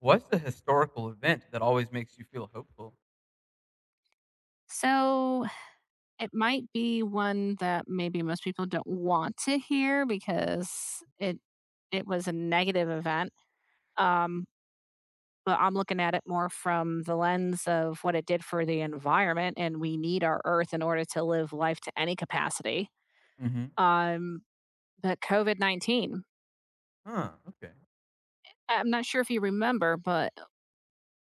What's the historical event that always makes you feel hopeful? So it might be one that maybe most people don't want to hear because it was a negative event. Um, but I'm looking at it more from the lens of what it did for the environment, and we need our Earth in order to live life to any capacity. Mhm. Um, but COVID 19. Huh, okay. I'm not sure if you remember, but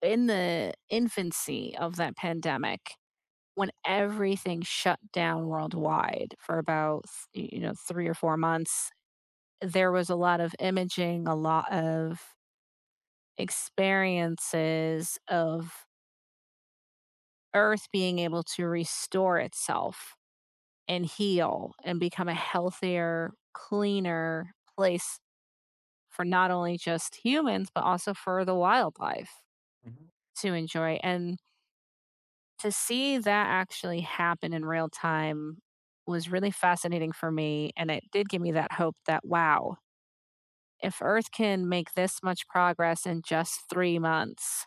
in the infancy of that pandemic, when everything shut down worldwide for about you know 3 or 4 months, there was a lot of imaging, a lot of experiences of Earth being able to restore itself and heal and become a healthier, cleaner place for not only just humans, but also for the wildlife Mhm. to enjoy. And to see that actually happen in real time was really fascinating for me. And it did give me that hope that, wow, if Earth can make this much progress in just 3 months,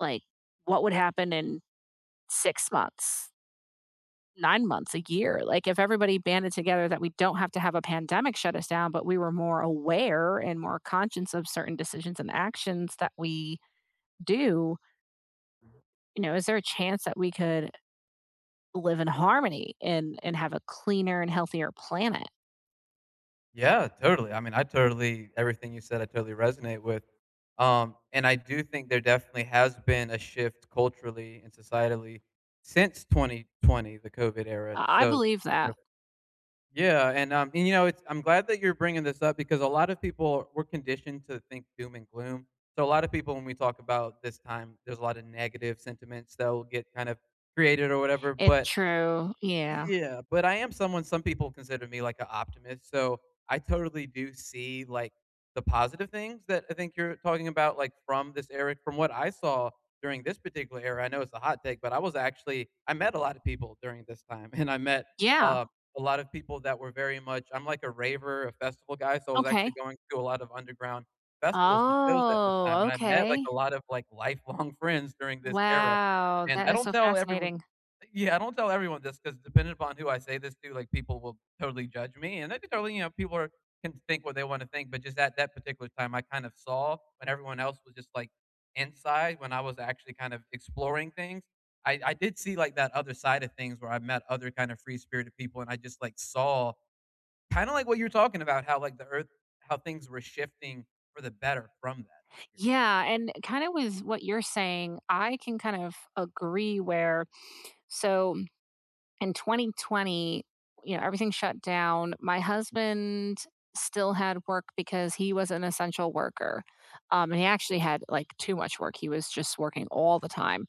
like, what would happen in 6 months, 9 months, a year? Like, if everybody banded together that we don't have to have a pandemic shut us down, but we were more aware and more conscious of certain decisions and actions that we do, you know, is there a chance that we could live in harmony and have a cleaner and healthier planet? Yeah, totally. I totally everything you said, I totally resonate with. And I do think there definitely has been a shift culturally and societally since 2020, the COVID era. I So believe that. yeah, and, you know, it's I'm glad that you're bringing this up because a lot of people we're conditioned to think doom and gloom. So a lot of people when we talk about this time, there's a lot of negative sentiments that will get kind of created or whatever, It's but true. Yeah. yeah, but I am someone some people consider me like an optimist, so I totally do see, like, the positive things that I think you're talking about, like, from this era. From what I saw during this particular era, I know it's a hot take, but I was actually I met a lot of people during this time, and I met, Yeah, uh, a lot of people that were very much I'm like a raver, a festival guy, so I was okay. actually going to a lot of underground festivals and shows at the time, Oh, and I met, like, okay. a lot of, like, lifelong friends during this era, Wow, and that I is don't so tell everyone fascinating. yeah, I don't tell everyone this because depending upon who I say this to, like people will totally judge me, and they can totally, you know, people are can think what they want to think. But just at that particular time, I kind of saw when everyone else was just like inside, when I was actually kind of exploring things. I did see like that other side of things where I met other kind of free spirited people, and I just like saw kind of like what you're talking about, how like the earth, how things were shifting for the better from that Yeah, and kinda with what you're saying, I can kind of agree where so in 2020, you know, everything shut down. My husband still had work because he was an essential worker. And he actually had like too much work. He was just working all the time.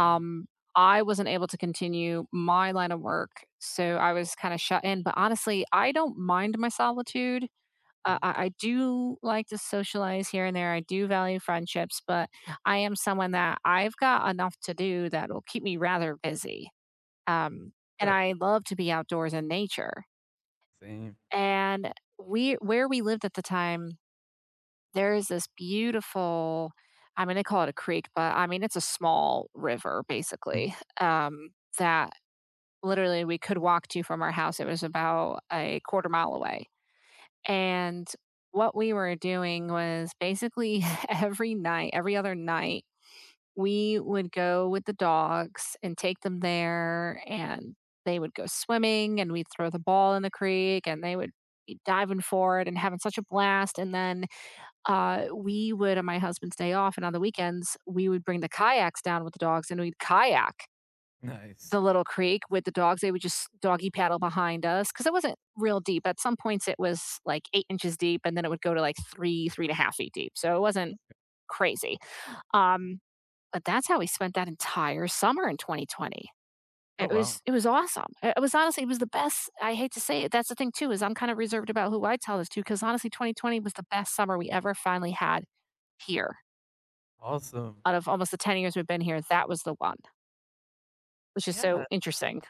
experience. I wasn't able to continue my line of work. So I was kind of shut in. But honestly, I don't mind my solitude. Mm, mhm. I do like to socialize here and there. I do value friendships, but I am someone that I've got enough to do that will keep me rather busy. Um, and Right. I love to be outdoors in nature. Same. And we where we lived at the time, there is this beautiful, I'm gonna call it a creek, but I mean it's a small river Mhm. basically, that literally we could walk to from our house. It was about 1/4 mile away. And what we were doing was basically every night, every other night we would go with the dogs and take them there, and they would go swimming, and we'd throw the ball in the creek, and they would be diving for it and having such a blast. And then we would, on my husband's day off and on the weekends, we would bring the kayaks down with the dogs and we'd kayak the Nice. little creek with the dogs. They would just doggy paddle behind us because it wasn't real deep. At some points, it was like 8 inches deep, and then it would go to like three and a half feet deep. So it wasn't Mhm. crazy. Um, but that's how we spent that entire summer in 2020. Oh It was wow. Awesome. It was honestly it was the best. I hate to say it. That's the thing too is I'm kind of reserved about who I tell this to because honestly, 2020 was the best summer we ever finally had here. Awesome. Out of almost the 10 years we've been here, that was the one, which is Yeah, so interesting.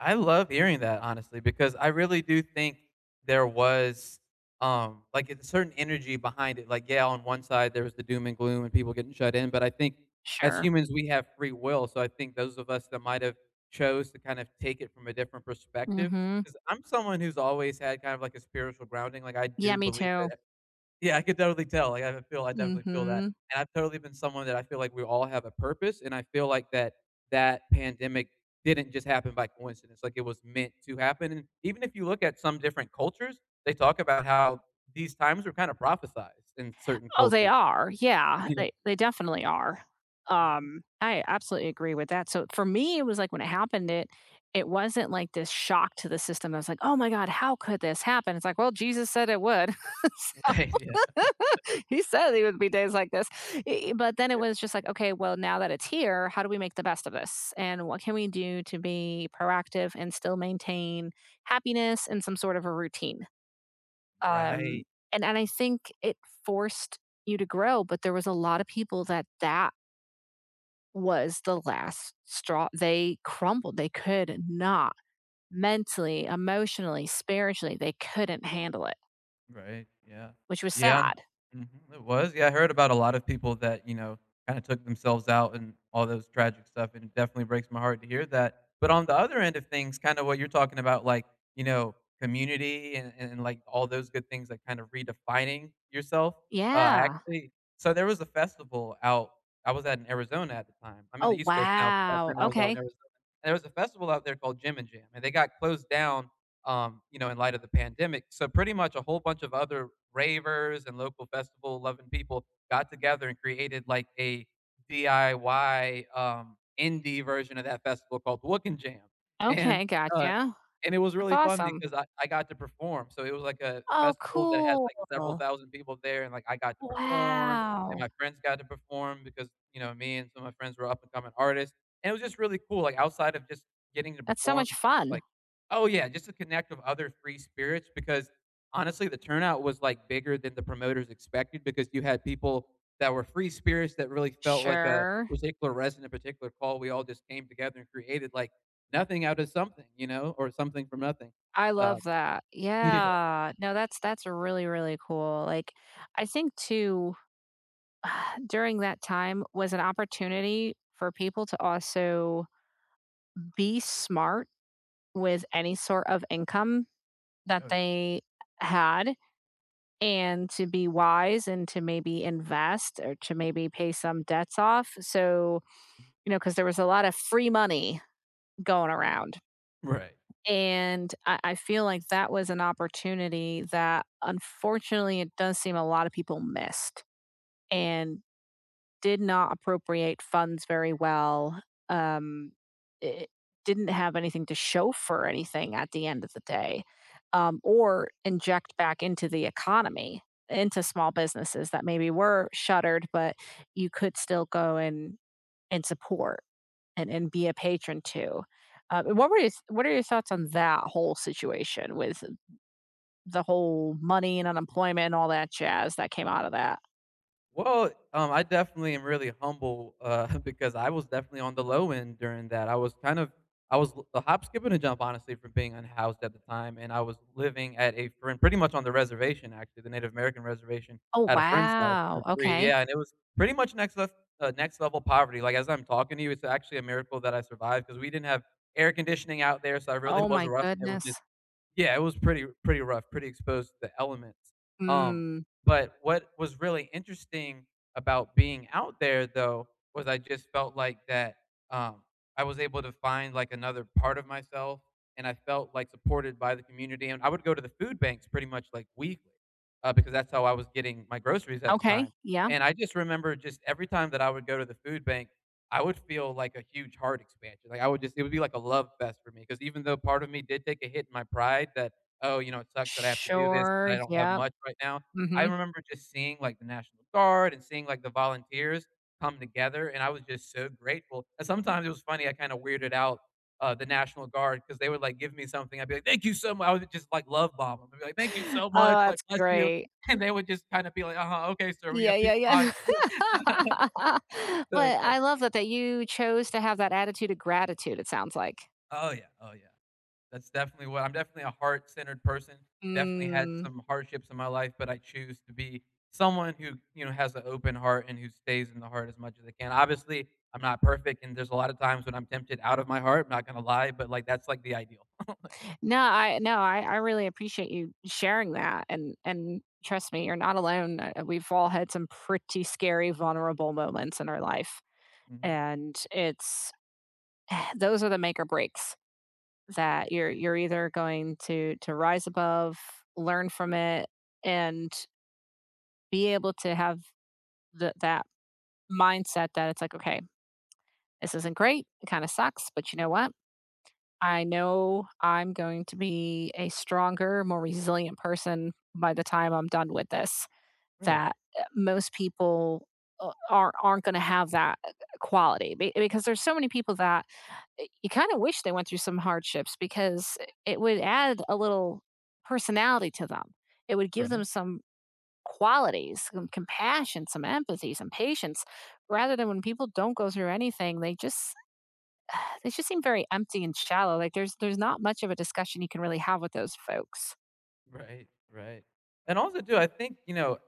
I love hearing that honestly because I really do think there was like a certain energy behind it. Like, yeah, on one side there was the doom and gloom and people getting shut in, but I think as Sure. humans we have free will. So I think those of us that might have chose to kind of take it from a different perspective. Mhm. Because I'm someone who's always had kind of like a spiritual grounding. Like I Yeah, do me believe too. that yeah, I could definitely tell. Like, I feel I definitely feel that. Mhm. And I've totally been someone that I feel like we all have a purpose, and I feel like that pandemic didn't just happen by coincidence, like, it was meant to happen, and even if you look at some different cultures, they talk about how these times were kinda prophesized in certain Oh, they cultures. are. Yeah, Yeah. they definitely are. Mhm. I absolutely agree with that. So for me, it was like when it happened, it wasn't like this shock to the system. I was like, oh my God, how could this happen? It's like, well, Jesus said it would. Right, yeah. He said there would be days like this. But then it Yeah. was just like, okay, well, now that it's here, how do we make the best of this? And what can we do to be proactive and still maintain happiness and some sort of a routine? Um, Right. and I think it forced you to grow, but there was a lot of people that was the last straw. They crumbled. They could not mentally, emotionally, spiritually. They couldn't handle it, Right, yeah. which was Yeah, sad. mhm, it was, yeah, I heard about a lot of people that, you know, kinda took themselves out and all those tragic stuff, and it definitely breaks my heart to hear that, but on the other end of things, kinda what you're talking about, like, you know, community and, like, all those good things, like, kind of redefining yourself, I Yeah. actually so there was a festival out I was at in Arizona at the time, I'm in the Oh East Coast now, but back wow. then I was out in Okay. Arizona, and there was a festival out there called Jim and Jam, and they got closed down you know, in light of the pandemic. So pretty much a whole bunch of other ravers and local festival loving people got together and created like a DIY indie version of that festival called Wookin' Jam. And Okay. uh, Gotcha. and it was That's really fun awesome. because I got to perform. So it was like a Oh, festival that had cool. like several thousand people there, and like I got to perform, and Wow. my friends got to perform because you know me and some of my friends were up and coming artists, and it was just really cool. Like outside of just getting to That's so perform, much fun. like oh, yeah, just to connect with other free spirits because honestly, the turnout was, like, bigger than the promoters expected because you had people that were free spirits that really felt like a Sure. particular resident, a particular call. We all just came together and created, like, nothing out of something, you know, or something from nothing. I Uh, love that. yeah. Yeah. No, that's really, really cool. Like, I think too, during that time was an opportunity for people to also be smart with any sort of income that Oh, yeah. they had and to be wise and to maybe invest or to maybe pay some debts off. So, you know, because there was a lot of free money going around. Right. And I feel like that was an opportunity that unfortunately it does seem a lot of people missed and did not appropriate funds very well. Um, it didn't have anything to show for anything at the end of the day, or inject back into the economy, into small businesses that maybe were shuttered but you could still go and support and be a patron to. Yeah. What are your thoughts on that whole situation with the whole money and unemployment and all that jazz that came out of that? Well, I definitely am really humble because I was definitely on the low end during that. I was kind of I was l- a hop, skip, and a jump, honestly, from being unhoused at the time, and I was living at a friend, pretty much on the reservation, actually, the Native American reservation, Oh at a friend's house wow. for free. Okay. Yeah, and it was pretty much next level poverty. Like as I'm talking to you, it's actually a miracle that I survived because we didn't have air conditioning out there, so I really Oh was my rough. It was just goodness. yeah, it was pretty pretty rough, pretty exposed to the elements. Um, Mm. but what was really interesting about being out there though was I just felt like that, um, I was able to find, like, another part of myself, and I felt, like, supported by the community, and I would go to the food banks pretty much, like, weekly, because that's how I was getting my groceries at the Okay. time, Yeah. and I just remember just every time that I would go to the food bank I would feel like a huge heart expansion. Like I would just it would be like a love fest for me because even though part of me did take a hit in my pride that, "Oh, you know, it sucks that I have to do this, Sure. that I don't have Yeah. much right now." I Mm-hmm. remember just seeing, like, the National Guard and seeing, like, the volunteers come together, and I was just so grateful, and sometimes it was funny, I kinda weirded out, the National Guard because they would, like, give me something, I'd be like, "Thank you so much." I would just, like, love bomb them. 'Em. I'd be like, "Thank you so Oh, much, like, that's bless you," great. and they would just kinda be like, "Uh-huh, okay, sir, we Yeah, have yeah, people yeah. behind you." But So it's kind I of love that that you chose to have that attitude of gratitude. It sounds like. oh yeah, oh yeah. That's definitely what I'm definitely a heart-centered person. Definitely had Mm. some hardships in my life, but I choose to be someone who, you know, has an open heart and who stays in the heart as much as I can. Obviously, I'm not perfect, and there's a lot of times when I'm tempted out of my heart, I'm not gonna lie, but, like, that's, like, the ideal. No, I really appreciate you sharing that, and trust me, you're not alone. We've all had some pretty scary, vulnerable moments in our life, Mhm. and it's those are the make or breaks that you're either going to rise above, learn from it, and be able to have that mindset that it's like, okay, this isn't great, it kind of sucks, but you know what? I know I'm going to be a stronger, more resilient person by the time I'm done with this. Right. That most people aren't going to have that quality because there's so many people that you kind of wish they went through some hardships because it would add a little personality to them. It would give Right. them some qualities, some compassion, some empathy, some patience, rather than when people don't go through anything, they just they just seem very empty and shallow. Like there's not much of a discussion you can really have with those folks. Right. Right. And also too, I think, you know,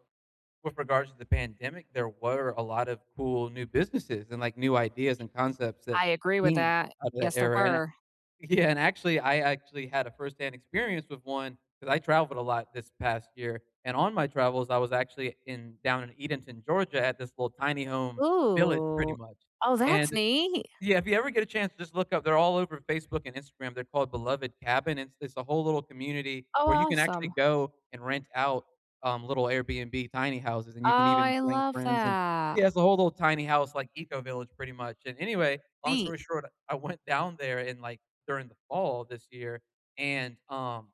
with regards to the pandemic, there were a lot of cool new businesses and, like, new ideas and concepts that I agree with came that. out of that Yes, there era, and were. yeah, and actually, I actually had a firsthand experience with one because I traveled a lot this past year, and on my travels, I was actually in down in Edenton, Georgia, at this little tiny home village pretty Ooh. much, Oh, that's and neat. yeah, if you ever get a chance, just look up they're all over Facebook and Instagram, they're called Beloved Cabin, it's a whole little community Oh, where you can actually awesome. go and rent out, little Airbnb tiny houses, and Oh, you can even I bring love friends, and that. yeah, it's a whole little tiny house, like eco village pretty much, and anyway, long Neat. story short, I went down there in, like, during the fall this year, and,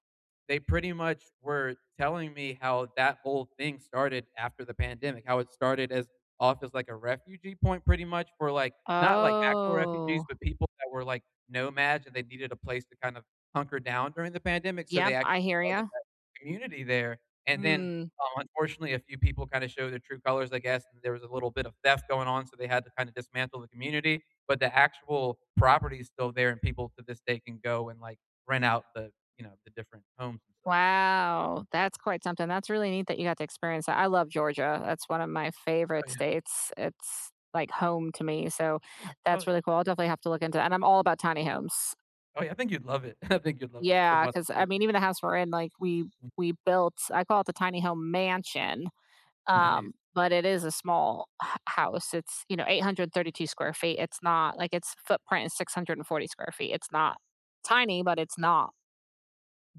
they pretty much were telling me how that whole thing started after the pandemic, how it started as off as, like, a refugee point pretty much for, like, not like actual refugees, Oh. but people that were, like, nomads and they needed a place to kind of hunker down during the pandemic, so Yep, they actually I hear started you. that community there, and then, Hmm. Unfortunately, a few people kinda showed their true colors, I guess, and there was a little bit of theft going on, so they had to kinda dismantle the community, but the actual property is still there, and people to this day can go and, like, rent out the, you know, the different homes and stuff. Wow. That's quite something. That's really neat that you got to experience that. I love Georgia. That's one of my Oh, favorite yeah. states. It's like home to me. So Oh, that's yeah. really cool. I'll definitely have to look into that. And I'm all about tiny homes. Oh, yeah, I think you'd love it. I think you'd love it from Yeah, what I because I hear. mean, even the house we're in, like, we we built, I call it the tiny home mansion, Nice. but it is a small h house. It's, you know, 832 square feet. It's not like, its footprint is 640 square feet. It's not tiny, but it's not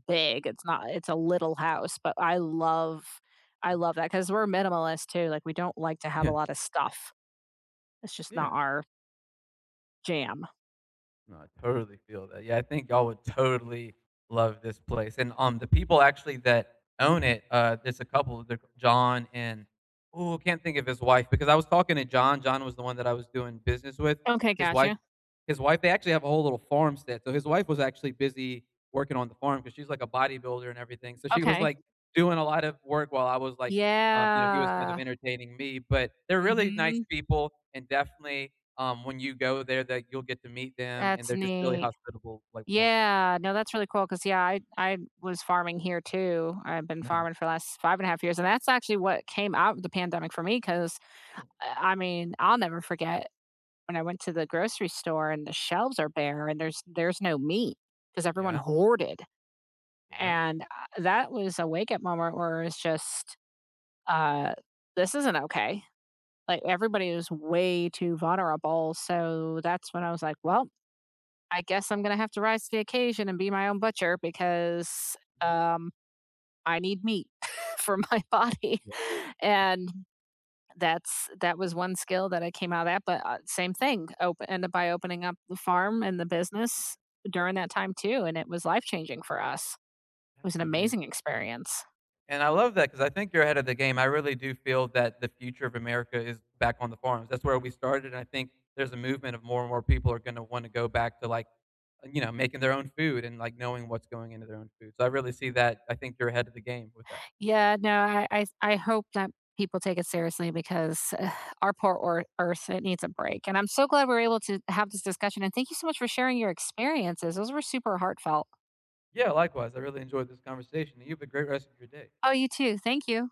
big. It's not it's a little house, but I love that because 'cause we're minimalist too, like, we don't like to have Yeah. a lot of stuff. It's just Yeah. not our jam. No, I totally feel that. Yeah, I think y'all would totally love this place. And the people actually that own it, there's a couple, they're John and oh, can't think of his wife because I was talking to John. John was the one that I was doing business with. Okay, His wife, gotcha. his wife, they actually have a whole little farmstead. So his wife was actually busy working on the farm because she's like a bodybuilder and everything. So she was Okay. like doing a lot of work while I was like, you know, he was kind of Yeah. entertaining me. But they're really nice Mhm. people and definitely when you go there that you'll get to meet them, and That's they're just really neat. hospitable, like, warm people. Yeah, no, that's really cool. Cause yeah, I was farming here too. I've been Nah mhm. farming for the last 5 and a half years, and that's actually what came out of the pandemic for me. Cause I mean, I'll never forget when I went to the grocery store and the shelves are bare and there's no meat because everyone Yeah, hoarded, yeah, and, that was a wake-up moment where it's just, uh, "This isn't okay." Like, everybody is way too vulnerable, so that's when I was like, "Well, I guess I'm going to have to rise to the occasion and be my own butcher because mhm. I need meat for my body." Yeah, And that was one skill that I came out of that. But same thing, open ended by opening up the farm and the business during that time too, and it was life changing for us. It was an that's amazing, amazing experience. and I love that because I think you're ahead of the game. I really do feel that the future of America is back on the farms. That's where we started, and I think there's a movement of more and more people are gonna wanna go back to, like, you know, making their own food and, like, knowing what's going into their own food, so I really see that. I think you're ahead of the game with that. Yeah, no, I hope that people take it seriously because our poor or earth, it needs a break. And I'm so glad we were able to have this discussion. And thank you so much for sharing your experiences. Those were super heartfelt. Yeah, likewise, I really enjoyed this conversation, and you have a great rest of your day. Oh, you too. Thank you.